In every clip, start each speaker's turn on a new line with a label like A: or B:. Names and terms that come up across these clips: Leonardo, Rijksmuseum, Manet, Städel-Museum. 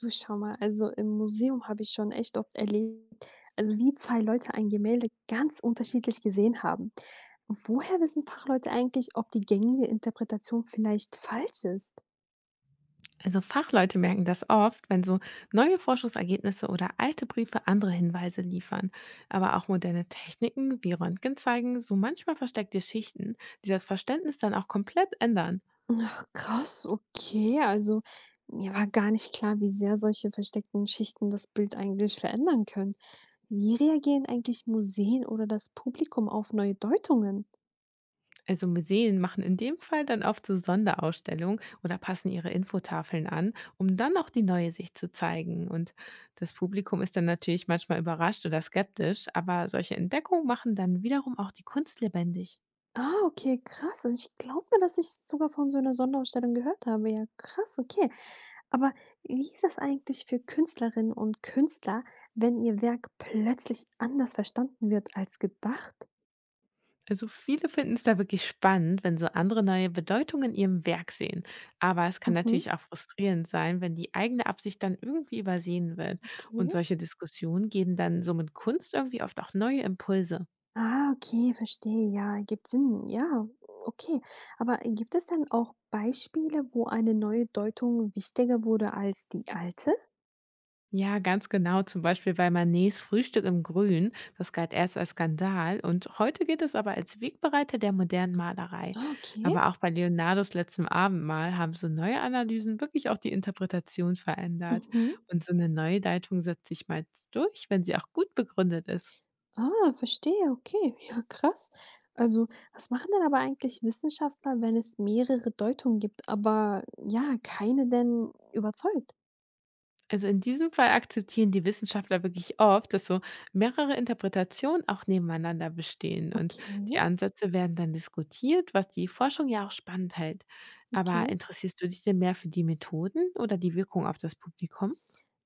A: Du, schau mal, also im Museum habe ich schon echt oft erlebt, also wie zwei Leute ein Gemälde ganz unterschiedlich gesehen haben. Woher wissen Fachleute eigentlich, ob die gängige Interpretation vielleicht falsch ist?
B: Also Fachleute merken das oft, wenn so neue Forschungsergebnisse oder alte Briefe andere Hinweise liefern. Aber auch moderne Techniken wie Röntgen zeigen so manchmal versteckte Schichten, die das Verständnis dann auch komplett ändern.
A: Ach, krass, okay. Also, mir war gar nicht klar, wie sehr solche versteckten Schichten das Bild eigentlich verändern können. Wie reagieren eigentlich Museen oder das Publikum auf neue Deutungen?
B: Also Museen machen in dem Fall dann oft so Sonderausstellungen oder passen ihre Infotafeln an, um dann auch die neue Sicht zu zeigen. Und das Publikum ist dann natürlich manchmal überrascht oder skeptisch, aber solche Entdeckungen machen dann wiederum auch die Kunst lebendig.
A: Ah, okay, krass. Also ich glaube mir, dass ich sogar von so einer Sonderausstellung gehört habe. Ja, krass, okay. Aber wie ist das eigentlich für Künstlerinnen und Künstler, wenn ihr Werk plötzlich anders verstanden wird als gedacht?
B: Also viele finden es da wirklich spannend, wenn so andere neue Bedeutungen in ihrem Werk sehen. Aber es kann
A: Mhm,
B: natürlich auch frustrierend sein, wenn die eigene Absicht dann irgendwie übersehen wird. Und
A: okay.
B: solche Diskussionen geben dann somit Kunst irgendwie oft auch neue Impulse.
A: Ah, okay, verstehe, ja, ergibt Sinn. Ja, okay. Aber gibt es dann auch Beispiele, wo eine neue Deutung wichtiger wurde als die alte?
B: Ja, ganz genau. Zum Beispiel bei Manets Frühstück im Grün. Das galt erst als Skandal und heute gilt es aber als Wegbereiter der modernen Malerei.
A: Ah, okay.
B: Aber auch bei Leonardos letztem Abendmahl haben so neue Analysen wirklich auch die Interpretation verändert.
A: Mhm.
B: Und so eine Neuleitung setzt sich meist durch, wenn sie auch gut begründet ist.
A: Ah, verstehe, okay. Ja, krass. Also, was machen denn aber eigentlich Wissenschaftler, wenn es mehrere Deutungen gibt, aber ja, keine denn überzeugt?
B: Also in diesem Fall akzeptieren die Wissenschaftler wirklich oft, dass so mehrere Interpretationen auch nebeneinander bestehen und
A: Okay,
B: die Ansätze werden dann diskutiert, was die Forschung ja auch spannend hält. Aber
A: okay.
B: interessierst du dich denn mehr für die Methoden oder die Wirkung auf das Publikum?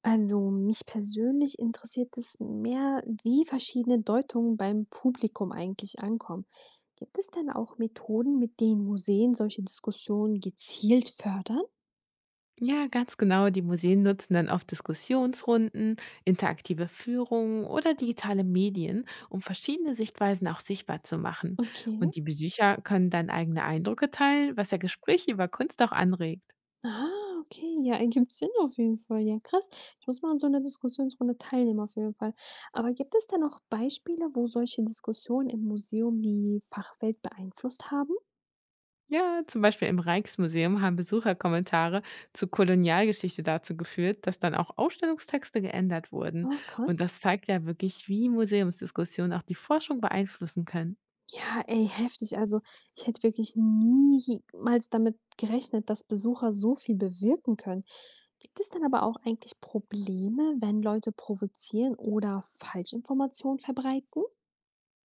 A: Also mich persönlich interessiert es mehr, wie verschiedene Deutungen beim Publikum eigentlich ankommen. Gibt es denn auch Methoden, mit denen Museen solche Diskussionen gezielt fördern?
B: Ja, ganz genau. Die Museen nutzen dann oft Diskussionsrunden, interaktive Führungen oder digitale Medien, um verschiedene Sichtweisen auch sichtbar zu machen.
A: Okay.
B: Und die Besucher können dann eigene Eindrücke teilen, was ja Gespräche über Kunst auch anregt.
A: Ah, okay. Ja, ergibt Sinn auf jeden Fall. Ja, krass. Ich muss mal an so einer Diskussionsrunde teilnehmen auf jeden Fall. Aber gibt es denn auch Beispiele, wo solche Diskussionen im Museum die Fachwelt beeinflusst haben?
B: Ja, zum Beispiel im Rijksmuseum haben Besucherkommentare zu Kolonialgeschichte dazu geführt, dass dann auch Ausstellungstexte geändert wurden.
A: Ah,
B: Und
A: krass.
B: das zeigt ja wirklich, wie Museumsdiskussionen auch die Forschung beeinflussen können.
A: Ja, ey, heftig. Also, ich hätte wirklich niemals damit gerechnet, dass Besucher so viel bewirken können. Gibt es dann aber auch eigentlich Probleme, wenn Leute provozieren oder Falschinformationen verbreiten?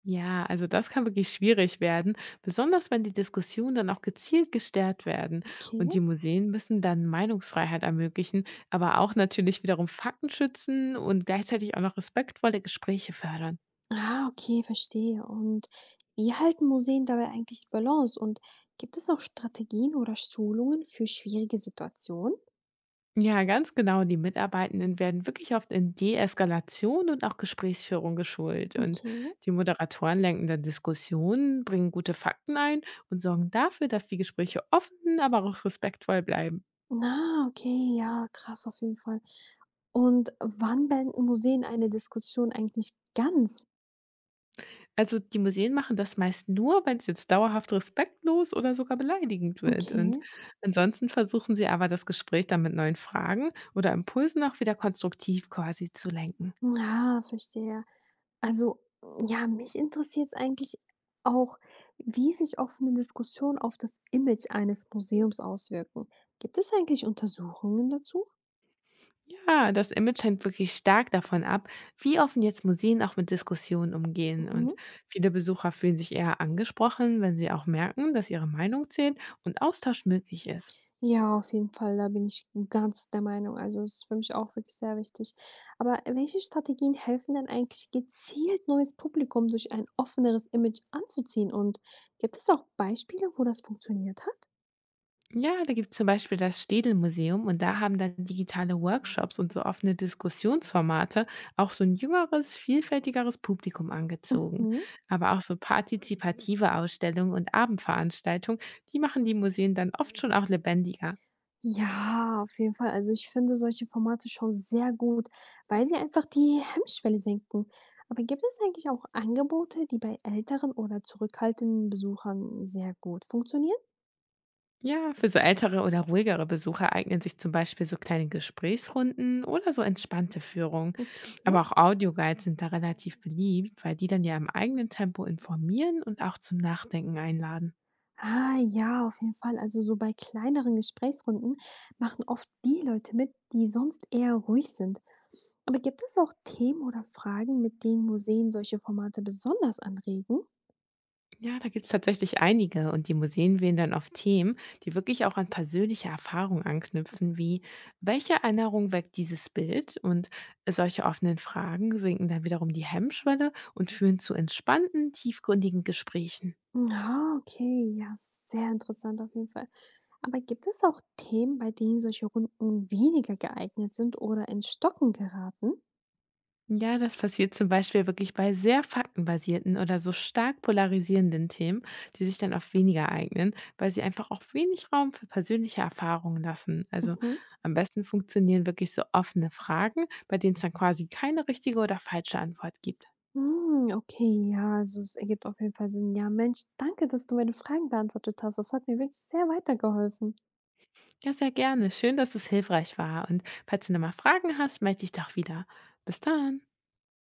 B: Ja, also das kann wirklich schwierig werden, besonders wenn die Diskussionen dann auch gezielt gestärkt werden.
A: Okay.
B: Und die Museen müssen dann Meinungsfreiheit ermöglichen, aber auch natürlich wiederum Fakten schützen und gleichzeitig auch noch respektvolle Gespräche fördern.
A: Ah, okay, verstehe. Und wie halten Museen dabei eigentlich die Balance? Und gibt es auch Strategien oder Schulungen für schwierige Situationen?
B: Ja, ganz genau. Die Mitarbeitenden werden wirklich oft in Deeskalation und auch Gesprächsführung geschult. Und
A: Okay.
B: die Moderatoren lenken dann Diskussionen, bringen gute Fakten ein und sorgen dafür, dass die Gespräche offen, aber auch respektvoll bleiben.
A: Na, okay, ja, krass auf jeden Fall. Und wann beenden Museen eine Diskussion eigentlich ganz?
B: Also die Museen machen das meist nur, wenn es jetzt dauerhaft respektlos oder sogar beleidigend wird. Und
A: Okay.
B: ansonsten versuchen sie aber, das Gespräch dann mit neuen Fragen oder Impulsen auch wieder konstruktiv quasi zu lenken.
A: Ja, verstehe. Also, ja, mich interessiert es eigentlich auch, wie sich offene Diskussionen auf das Image eines Museums auswirken. Gibt es eigentlich Untersuchungen dazu?
B: Ja, das Image hängt wirklich stark davon ab, wie offen jetzt Museen auch mit Diskussionen umgehen. Und
A: Mhm.
B: viele Besucher fühlen sich eher angesprochen, wenn sie auch merken, dass ihre Meinung zählt und Austausch möglich ist.
A: Ja, auf jeden Fall, da bin ich ganz der Meinung. Also, es ist für mich auch wirklich sehr wichtig. Aber welche Strategien helfen denn eigentlich gezielt, neues Publikum durch ein offeneres Image anzuziehen? Und gibt es auch Beispiele, wo das funktioniert hat?
B: Ja, da gibt es zum Beispiel das Städel-Museum und da haben dann digitale Workshops und so offene Diskussionsformate auch so ein jüngeres, vielfältigeres Publikum angezogen.
A: Mhm.
B: Aber auch so partizipative Ausstellungen und Abendveranstaltungen, die machen die Museen dann oft schon auch lebendiger.
A: Ja, auf jeden Fall. Also, ich finde solche Formate schon sehr gut, weil sie einfach die Hemmschwelle senken. Aber gibt es eigentlich auch Angebote, die bei älteren oder zurückhaltenden Besuchern sehr gut funktionieren?
B: Ja, für so ältere oder ruhigere Besucher eignen sich zum Beispiel so kleine Gesprächsrunden oder so entspannte Führungen.
A: Okay.
B: Aber auch Audioguides sind da relativ beliebt, weil die dann ja im eigenen Tempo informieren und auch zum Nachdenken einladen.
A: Ah, ja, auf jeden Fall. Also so bei kleineren Gesprächsrunden machen oft die Leute mit, die sonst eher ruhig sind. Aber gibt es auch Themen oder Fragen, mit denen Museen solche Formate besonders anregen?
B: Ja, da gibt es tatsächlich einige und die Museen wählen dann oft Themen, die wirklich auch an persönliche Erfahrungen anknüpfen, wie welche Erinnerung weckt dieses Bild? Und solche offenen Fragen sinken dann wiederum die Hemmschwelle und führen zu entspannten, tiefgründigen Gesprächen.
A: Ah, okay, ja, sehr interessant auf jeden Fall. Aber gibt es auch Themen, bei denen solche Runden weniger geeignet sind oder ins Stocken geraten?
B: Ja, das passiert zum Beispiel wirklich bei sehr faktenbasierten oder so stark polarisierenden Themen, die sich dann oft weniger eignen, weil sie einfach auch wenig Raum für persönliche Erfahrungen lassen. Also
A: Mhm.
B: am besten funktionieren wirklich so offene Fragen, bei denen es dann quasi keine richtige oder falsche Antwort gibt.
A: Hm, okay, ja, also es ergibt auf jeden Fall Sinn. Ja, Mensch, danke, dass du meine Fragen beantwortet hast. Das hat mir wirklich sehr weitergeholfen.
B: Ja, sehr gerne. Schön, dass es hilfreich war. Und falls du nochmal Fragen hast, melde dich doch wieder. Bis dann.